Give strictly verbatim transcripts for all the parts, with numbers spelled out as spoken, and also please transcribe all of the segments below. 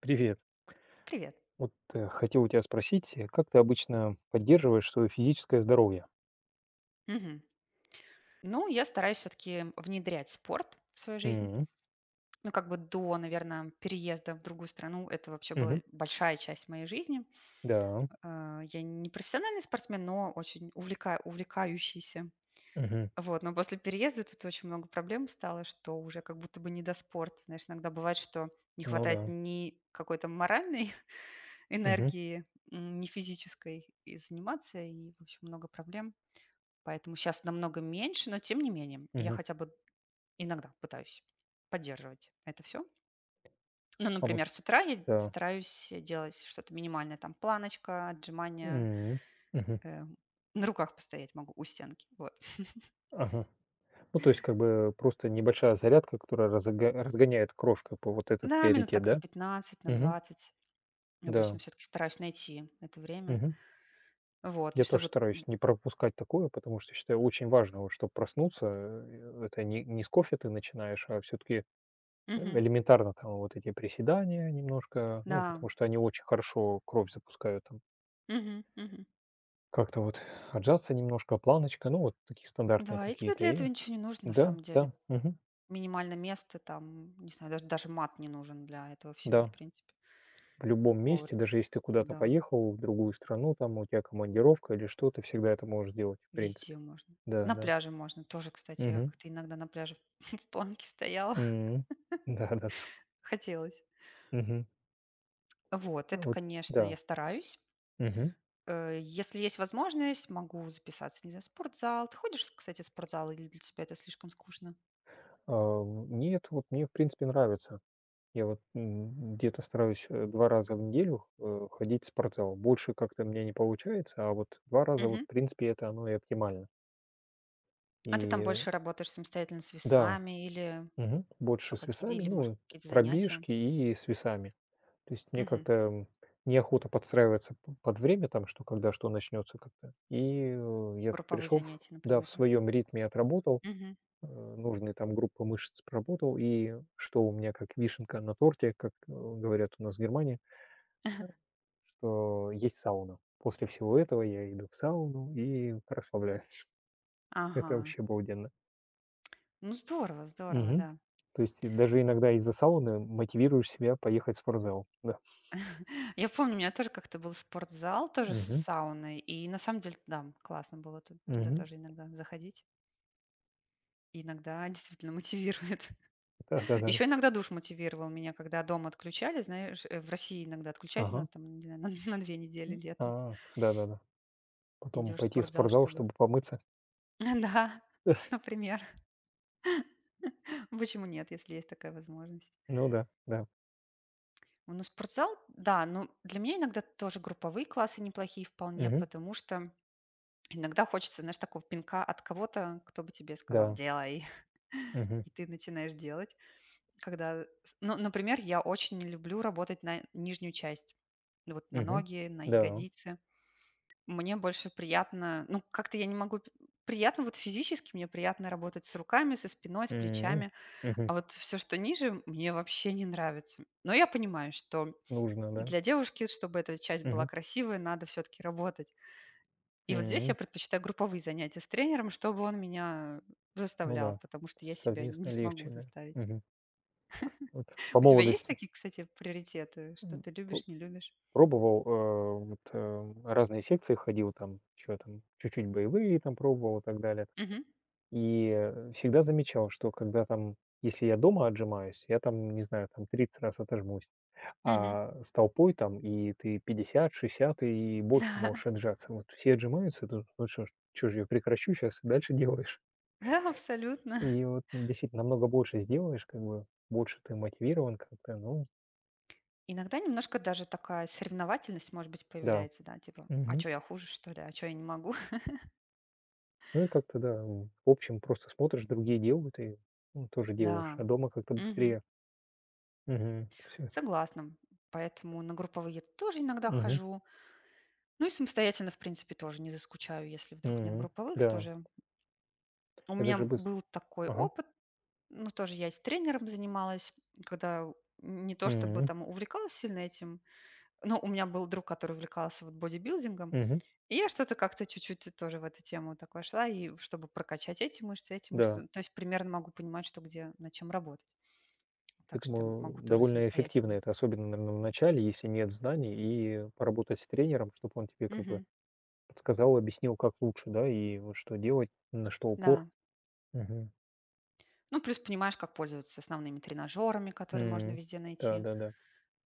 Привет. Привет. Вот э, хотел у тебя спросить, э, как ты обычно поддерживаешь свое физическое здоровье? Мгм. Ну, я стараюсь все-таки внедрять спорт в свою жизнь. М, Ну, как бы до, наверное, переезда в другую страну это вообще была мгм. большая часть моей жизни. Да. Э, Я не профессиональный спортсмен, но очень увлека- увлекающийся. Мгм. Вот, но после переезда тут очень много проблем стало, что уже как будто бы не до спорта. Знаешь, иногда бывает, что не Ну хватает да. ни какой-то моральной Мгм, энергии, м, ни физической и заниматься, и, в общем, много проблем. Поэтому сейчас намного меньше, но тем не менее, я мгм. хотя бы иногда пытаюсь поддерживать это все. Ну, А вот например, с утра я да. стараюсь делать что-то минимальное, там планочка, отжимания, М, мгм. э, на руках постоять могу у стенки, вот. Ага. Ну, то есть, как бы просто небольшая зарядка, которая разога- разгоняет кровь, как бы вот этот Да, минут приоритет, так на да? пятнадцать на Мгм. двадцать Да. обычно все таки стараюсь найти это время. Мгм. Вот, и Я тоже чтобы… стараюсь не пропускать такое, потому что считаю очень важно, чтобы проснуться, э, это не, не с кофе ты начинаешь, а все-таки Э, Мгм. элементарно там вот эти приседания немножко, ну, Да. потому что они очень хорошо кровь запускают там. Мгм, мгм. Как-то вот отжаться немножко, планочка, ну, вот такие стандартные Да, и тебе какие-то. для этого И ничего не нужно на да, самом деле. да, мгм, Минимально место там, не знаю, даже даже мат не нужен для этого всего, да, в принципе. в любом месте, Коврик. даже если ты куда-то Да. поехал, в другую страну, там у тебя командировка или что, ты всегда это можешь делать, в принципе. Везде можно. Да, На да. пляже можно тоже, кстати. Я Мгм. как-то иногда на пляже в планке стояла. М. Да-да-да. Хотелось. Мгм. Вот, это, Вот, конечно, я да. стараюсь. Мгм. Э, Если есть возможность, могу записаться, не знаю, в спортзал. Ты ходишь, кстати, в спортзал или для тебя это слишком скучно? А, в нет, вот мне, в принципе, нравится. Я вот, м, где-то стараюсь, э, два раза в неделю раза в неделю, э, ходить в спортзал. Больше как-то мне не получается, а вот два раза, вот, Мгм. в принципе, это оно и оптимально. А ты там И больше работаешь самостоятельно с да, весами или мгм, еще больше с какие-то, весами, или, может, ну, какие-то занятия? пробежки и с весами. То есть мне Мгм. как-то, м, неохота подстраиваться п под время там, что когда что начнется как-то. И, э, я Групповые пришел в занятия, да, например, в да? своем ритме отработал, Мгм. э, нужные там группы мышц проработал, и что у меня как вишенка на торте, как, э, говорят у нас в Германии. что есть сауна. После всего этого я иду в сауну и расслабляюсь. Ага. Это вообще обалденно. Ну, здорово, здорово, Мгм. да. То есть и даже иногда из-за сауны мотивируешь себя поехать в спортзал. Да. Я помню, у меня тоже как-то был спортзал, тоже с Мгм. сауной. И на самом деле, да, классно было ту- туда Мгм. тоже иногда заходить. И иногда действительно мотивирует. Да-да-да. Еще иногда душ мотивировал меня, когда дома отключали. Знаешь, э, в России иногда отключать на, Ага. там, не знаю, на, на две недели М. летом. А. Да-да-да. Потом Идешь в пойти в спортзал, спортзал, чтобы… чтобы помыться. Да, например. Почему нет, если есть такая возможность? Ну да, да. Ну, спортзал, да, но для меня иногда тоже групповые классы неплохие вполне, Мгм. потому что иногда хочется, знаешь, такого пинка от кого-то, кто бы тебе сказал: Да. "Делай". Мгм. И ты начинаешь делать. Когда, с ну, например, я очень не люблю работать на нижнюю часть. Ну, вот на Мгм. ноги, на Да. ягодицы. Мне больше приятно, ну, как-то я не могу п приятно вот физически, мне приятно работать с руками, со спиной, с М. плечами, Мгм. а вот все что ниже, мне вообще не нравится. Но я понимаю, что Нужно, да. для девушки, чтобы эта часть была Мгм. красивой, надо все таки работать. И вот здесь я М. предпочитаю групповые занятия с тренером, чтобы он меня Ну заставлял, да. потому что я себя не Совместно смогу легче, да. заставить. Мгм. Вот по У тебя есть молодости. такие, кстати, приоритеты, что М, ты п любишь, не любишь? пробовал, э, вот, э, разные секции ходил, там что там, чуть-чуть боевые там пробовал и так далее. Мгм. И, э, всегда замечал, что когда там, если я дома отжимаюсь, я там, не знаю, там тридцать раз отожмусь, Мгм. а с толпой там и ты пятьдесят, шестьдесят и больше можешь отжаться. Вот все отжимаются, тут ну чё ж чё ж я прекращу сейчас, и дальше делаешь. Да, абсолютно. И вот ну, действительно намного больше сделаешь, как бы больше ты мотивирован как-то, ну Иногда немножко даже такая соревновательность, может быть, да. появляется, да, типа, а Мгм. что я хуже, что ли, а что я не могу? Ну и как-то, да, м, в общем, просто смотришь, другие делают, и, ну, тоже делаешь, Да, а дома как-то мгм, быстрее. Угу. Все это. согласна. Поэтому на групповые тоже иногда Мгм. хожу. Ну и самостоятельно, в принципе, тоже не заскучаю, если вдруг нет Мгм. групповых, Да. тоже. У Я даже меня быс был такой Ага. опыт. Ну, тоже я и с тренером занималась, когда не то чтобы Мгм. там увлекалась сильно этим, но у меня был друг, который увлекался вот бодибилдингом, Мгм. и я что-то как-то чуть-чуть тоже в эту тему вот так вошла, и чтобы прокачать эти мышцы, эти мышцы, Да. ну, то есть примерно могу понимать, что где, над чем работать, Я так что думаю, могу тоже довольно эффективно самостоятельно. это, особенно, наверно, в начале, если нет знаний, и поработать с тренером, чтобы он тебе как бы Мгм. подсказал, объяснил, как лучше, да, и вот что делать, на что упор. Да. Мгм. Ну, плюс понимаешь, как пользоваться основными тренажерами, которые можно М. везде найти. Да-да-да.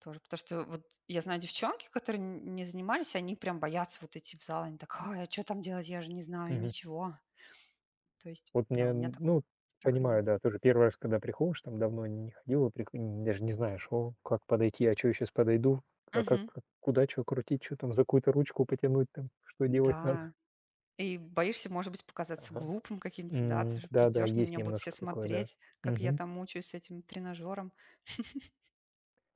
Тоже, потому что вот я знаю девчонки, которые н не занимались, они прям боятся вот идти в зал. Они так: "Ай, а что там делать? Я же не знаю Мгм. ничего". То есть, Вот да, мне, у меня такого ну, страха нет. понимаю, да, тоже первый раз, когда приходишь, там давно не ходил, и приход даже не знаешь: "О, как подойти? А чё я щас подойду? А как Мгм. как куда что крутить? что там, за какую-то ручку потянуть там? Что делать надо?" Да. И боишься, может быть, показаться Ага. глупым каким-то, да? Ты М, же да-да, придешь, на есть меня будут все немножко такое, да. смотреть, как я Мгм. там мучаюсь с этим тренажером.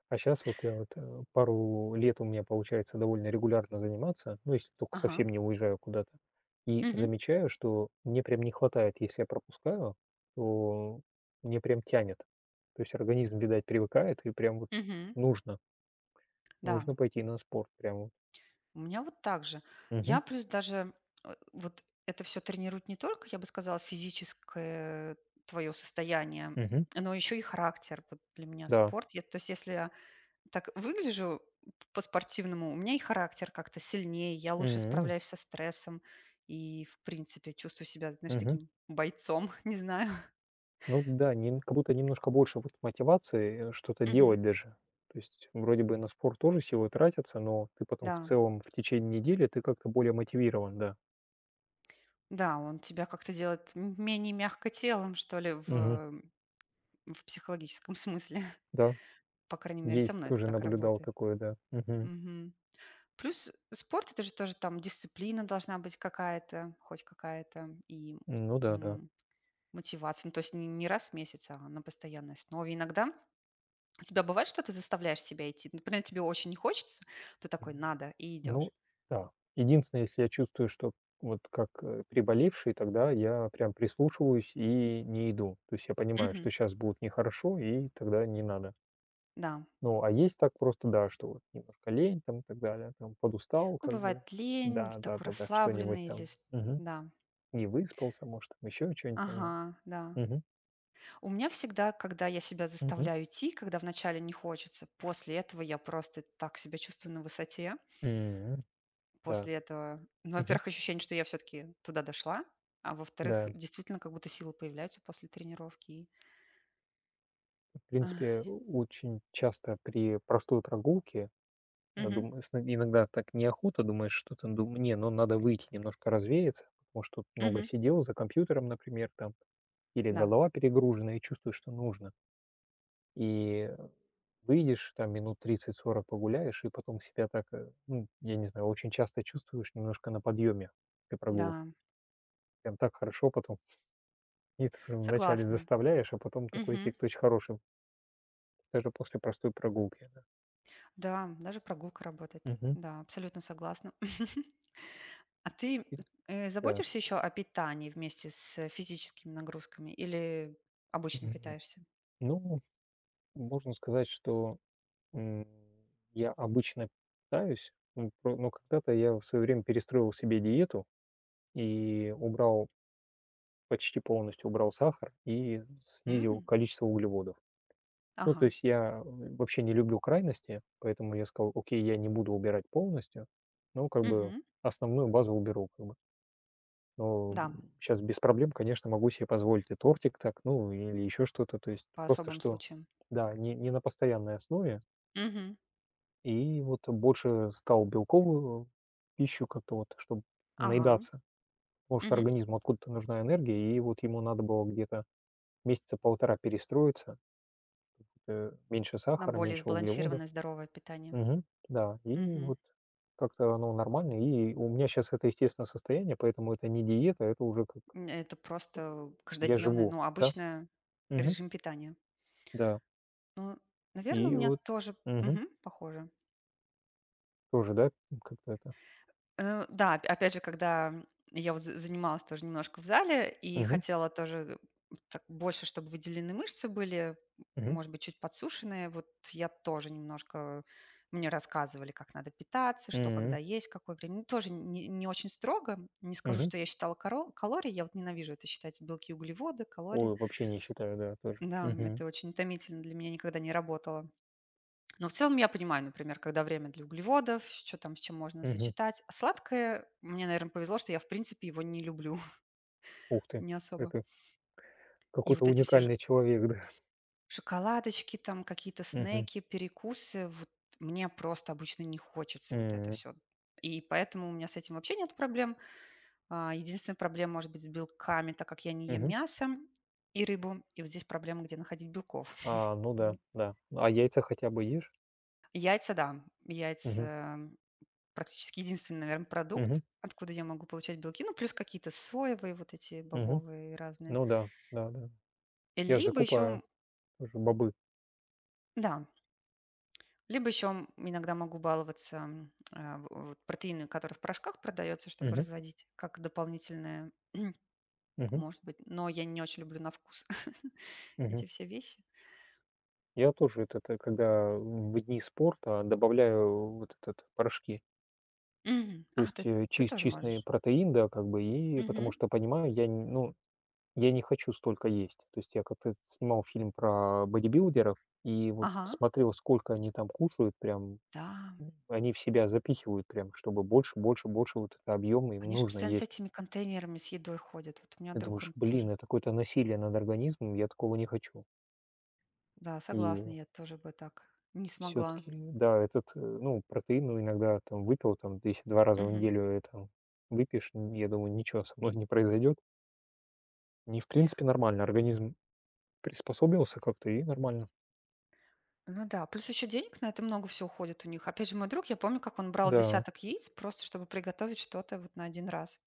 А сейчас вот я вот, э, пару лет у меня получается довольно регулярно заниматься, ну, если только Ага. совсем не уезжаю куда-то. И Мгм. замечаю, что мне прям не хватает, если я пропускаю, то мне прям тянет. То есть организм, видать, привыкает, и прям вот Мгм. нужно, Да. нужно пойти на спорт. Прям вот. У меня вот так же. Мгм. Я плюс даже э, вот это все тренирует не только, я бы сказала, физическое твое состояние, Мгм. но еще и характер. Вот для меня Да. спорт. Я, то есть если я так выгляжу по-спортивному, у меня и характер как-то сильнее, я лучше М. справляюсь со стрессом и, в принципе, чувствую себя, знаешь, Мгм. таким бойцом, не знаю. Ну да, нем как будто немножко больше вот мотивации, э, что-то Мгм. делать даже. То есть вроде бы на спорт тоже силы тратятся, но ты потом в Да, целом в течение недели ты как-то более мотивирован, да. да, он тебя как-то делает м- менее мягко телом, что ли, Мгм. в, в психологическом смысле. Да, По крайней мере, со есть, мной это тоже так наблюдал работает. такое, да. Мгм. Мгм. Плюс спорт — это же тоже там дисциплина должна быть какая-то, хоть какая-то, и, Ну да, да. м, мотивация. Ну, то есть не не раз в месяц, а на постоянной основе. Иногда у тебя бывает, что ты заставляешь себя идти? Например, тебе очень не хочется, ты такой: Мгм. "Надо" — и идешь. Ну да. Единственное, если я чувствую, что вот как, э, приболевший, тогда я прям прислушиваюсь и не иду. То есть я понимаю, что Мгм. сейчас будет нехорошо, и тогда не надо. Да. Ну, а есть так просто, да, что вот немножко лень там и так далее, там подустал Ну, как бы, бывает лень, или такой да-да-да-да, что-нибудь расслабленный, или там, с… мгм, Да. не выспался, может, там еще чё-нибудь там, Ага, да. мгм, У меня всегда, когда я себя мгм, заставляю идти, когда вначале не хочется, после этого я просто так себя чувствую на высоте. м, да, После этого, ну, мгм, во-первых, ощущение, что я все-таки туда дошла, а во-вторых, да. действительно, как будто силы появляются после тренировки. И, В ах, принципе, очень часто при простой прогулке, а, мгм, дум сн иногда так неохота, думаешь, что-то, дум не, ну, надо выйти немножко развеяться, потому что много мгм, сидел за компьютером, например, там, или да, голова перегружена, и чувствуешь, что нужно. И Выйдешь, там минут тридцать сорок погуляешь, и потом себя так, э, ну, я не знаю, очень часто чувствуешь немножко на подъеме при прогулке. да, Прям так хорошо потом. И тоже вначале согласна. заставляешь, а потом такой Мгм, эффект очень хороший, даже после простой прогулки. Да. да, даже прогулка работает. Мгм. Да, абсолютно согласна. А ты И э, да. заботишься еще о питании вместе с физическими нагрузками или обычно Мгм. питаешься? Ну, можно сказать, что м, я обычно питаюсь, ну, про- но когда-то я в свое время перестроил себе диету и убрал, почти полностью убрал сахар и снизил количество углеводов. Ну, то Ага. есть я, э, вообще не люблю крайности, поэтому я сказал: "Окей, я не буду убирать полностью, но как бы Мгм. основную базу уберу как бы". Но, Да, сейчас без проблем, конечно, могу себе позволить и тортик так, ну, или еще что-то. То есть по просто особым что, случаям. да, не не на постоянной основе. Мгм. И вот больше стал белковую пищу как-то вот, чтобы Ага. наедаться. Потому что Мгм. организму откуда-то нужна энергия, и вот ему надо было где-то месяца полтора перестроиться. Э, меньше На сахара, более меньше углеводов. сбалансированное здоровое питание. Мгм. Да, и Мгм. вот как-то оно нормально. И у меня сейчас это естественное состояние, поэтому это не диета, это уже как М, это просто я каждодневное, живу, ну, да. обычное Мгм. режим питания. Да. Ну, наверное, у И меня вот тоже… мгм. Мгм. Похоже. Тоже, да, как-то это. Э, да, оп опять же, когда, я вот за занималась тоже немножко в зале и Мгм. хотела тоже так больше, чтобы выделены мышцы были, Мгм. может быть, чуть подсушенные. Вот я тоже немножко… мне рассказывали, как надо питаться, что когда М. есть, какое время. Ну, тоже не не очень строго. Не скажу, Мгм. что я считала каро калории. Я вот ненавижу это считать: белки, углеводы, калории. Ой, вообще не считаю, да, тоже. Да, Мгм. это очень утомительно для меня, никогда не работало. Но в целом я понимаю, например, когда время для углеводов, что там с чем можно Мгм. сочетать. А сладкое, мне, наверное, повезло, что я, в принципе, его не люблю, Ух ты, не особо. это И какой-то вот эти все ж- уникальный человек, да. шоколадочки, там какие-то Мгм. снеки, перекусы, вот мне просто обычно не хочется вот это М. все. И поэтому у меня с этим вообще нет проблем. А, Единственная проблема может быть с белками, так как я не ем Мгм. мясо и рыбу. И вот здесь проблема, где находить белков. А, ну да, Бел- да. А яйца хотя бы ешь? Яйца, да. Мгм. Яйца практически единственный, наверное, Мгм. продукт, откуда я могу получать белки. Ну, плюс какие-то соевые, вот эти Мгм. бобовые разные. Ну да, да-да. И Я либо еще, закупаю тоже бобы. да, либо еще, иногда могу баловаться, м, а, в вот протеином, который в порошках продается, чтобы Мгм, разводить, как дополнительное, мгм, может быть. Но я не очень люблю на вкус мгм. эти все вещи. Я тоже это это когда в дни спорта добавляю вот этот порошки. Мгм. То А, есть, ты э, ты чис тоже чистый можешь. протеин, да, как бы, и потому Мгм. что понимаю, я н ну, я не хочу столько есть. То есть я как-то снимал фильм про бодибилдеров и вот Ага. смотрел, сколько они там кушают, прям, Да, м, они в себя запихивают прям, чтобы больше, больше, больше вот это объема им они же нужно постоянно с есть. этими контейнерами с едой ходят. Вот у меня Ты друг, думаешь: он тоже… "Блин, это какое-то насилие над организмом, я такого не хочу". Да, согласна, И я тоже бы так не все смогла. таки да, этот, э, ну, протеин, ну, иногда там выпил, там, если два раза в Мгм. неделю это выпьешь, н я думаю, ничего со мной не произойдет. Не в принципе, нормально. Организм приспособился как-то, и нормально. Ну да, плюс еще денег на это много всё уходит у них. Опять же, мой друг, я помню, как он брал Да, десяток яиц просто, чтобы приготовить что-то вот на один раз.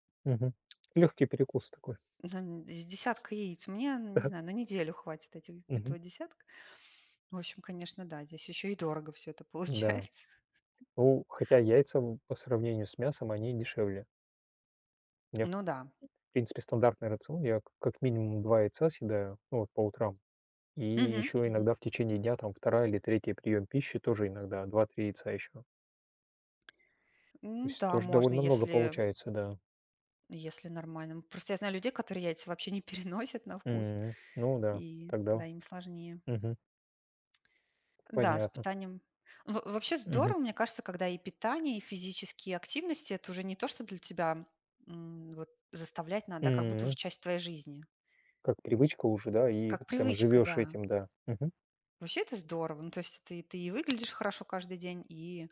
легкий перекус такой. Ну, н из десятка яиц мне, ну, не знаю, на неделю хватит этих Да. Мгм. этого десятка. В общем, конечно, да, здесь еще и дорого все это Да. получается. Ну, хотя яйца в по сравнению с мясом, они дешевле. У меня, Ну да. в принципе, стандартный рацион. Я к как минимум два яйца съедаю, ну, вот по утрам. И Мгм, еще мгм. иногда в течение дня, там, вторая или третий прием пищи, тоже иногда два-три яйца еще. То Ну есть да, тоже можно, довольно много если получается, да. если нормально. Просто я знаю людей, которые яйца вообще не переносят на вкус, М. Ну да, и тогда да, им сложнее. мгм, Да, с понятно. питанием. Во Вообще Мгм. здорово, мне кажется, когда и питание, и физические активности — это уже не то, что для тебя, м, вот заставлять надо, а как будто уже М. часть твоей жизни. Как привычка уже, да, и Как вот прям привычка, живешь да. этим, да. Мгм. Вообще это здорово. Ну, то есть ты ты и выглядишь хорошо каждый день, и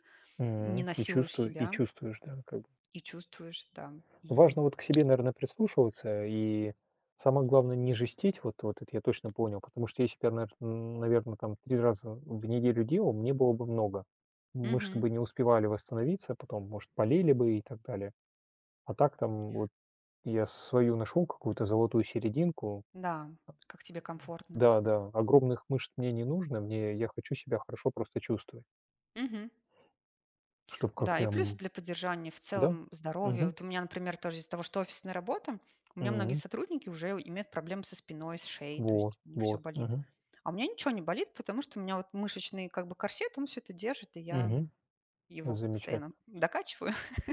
не М. И насилуешь чувствую и себя, чувствуешь, да, как бы. и чувствуешь, да, и… Важно вот к себе, наверное, прислушиваться и самое главное не жестить, вот вот это я точно понял, потому что если бы я, навер м, наверно, там три раза в неделю делал, мне было бы много. Мышцы Мгм. бы не успевали восстановиться, потом, может, болели бы и так далее. А так там вот. Я свою нашел какую-то золотую серединку. Да, как тебе комфортно. Да, да, огромных мышц мне не нужно, мне я хочу себя хорошо просто чувствовать. Мгм. Чтобы Да, как-то, и плюс м, для поддержания в да. целом здоровья. Мгм, Вот у меня, например, тоже из-за того, что офисная работа, у меня многие мгм. сотрудники уже имеют проблемы со спиной, с шеей, то Вот, есть у них все вот, болит. мгм, А у меня ничего не болит, потому что у меня вот мышечный как бы корсет, он все это держит, и я мгм. его Вот замечательно. постоянно докачиваю.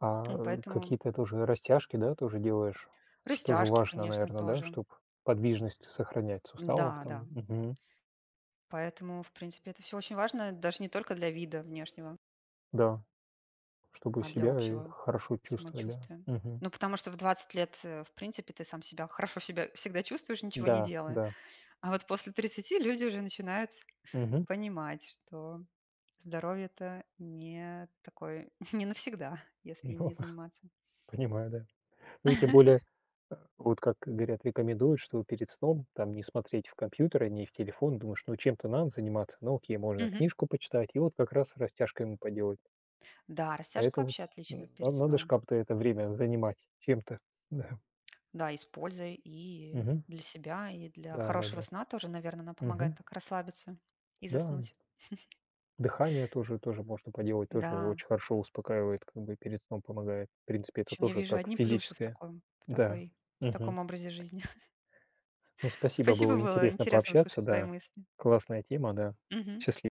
А Ну, э, поэтому какие-то тоже растяжки, да, тоже делаешь? Что же растяжки, важно, конечно, наверное, да, тоже. чтобы подвижность сохранять суставов Да, да. там. Мгм. Поэтому, в принципе, это все очень важно, даже не только для вида внешнего, Да, чтобы а для себя и общего хорошо чувствовать, да. самочувствия. Мгм. Ну, потому что в двадцать лет, э, в принципе, ты сам себя хорошо себя всегда чувствуешь, ничего не Да, делая. да. А вот после тридцати люди уже начинают Мгм. понимать, что здоровье-то не такое, не навсегда, если им Ну, не заниматься. понимаю, да. Ну и тем более, э, вот как говорят, рекомендуют, что перед сном там не смотреть в компьютер, не в телефон. Думаешь, ну чем-то надо заниматься. Ну окей, можно Мгм. книжку почитать и вот как раз растяжкой ему поделать. Да, А растяжка это вот вообще отлично м, на- перед надо же сном. как-то это время занимать чем-то. Да. Да, и с пользой и Мгм. для себя, и для Да, да, хорошего да. сна тоже, наверное, она помогает Мгм. так расслабиться и Да. заснуть. Дыхание тоже, тоже можно поделать, тоже Да, очень хорошо успокаивает, как бы перед сном помогает. В принципе, в это общем, я тоже вижу как одни плюсы в физическое. таком в Да. такой в Мгм. таком образе жизни. Ну, спасибо, Спасибо, было было интересно интересно пообщаться, услышать твои да. мысли. Классная тема, да. Мгм. Счастливо.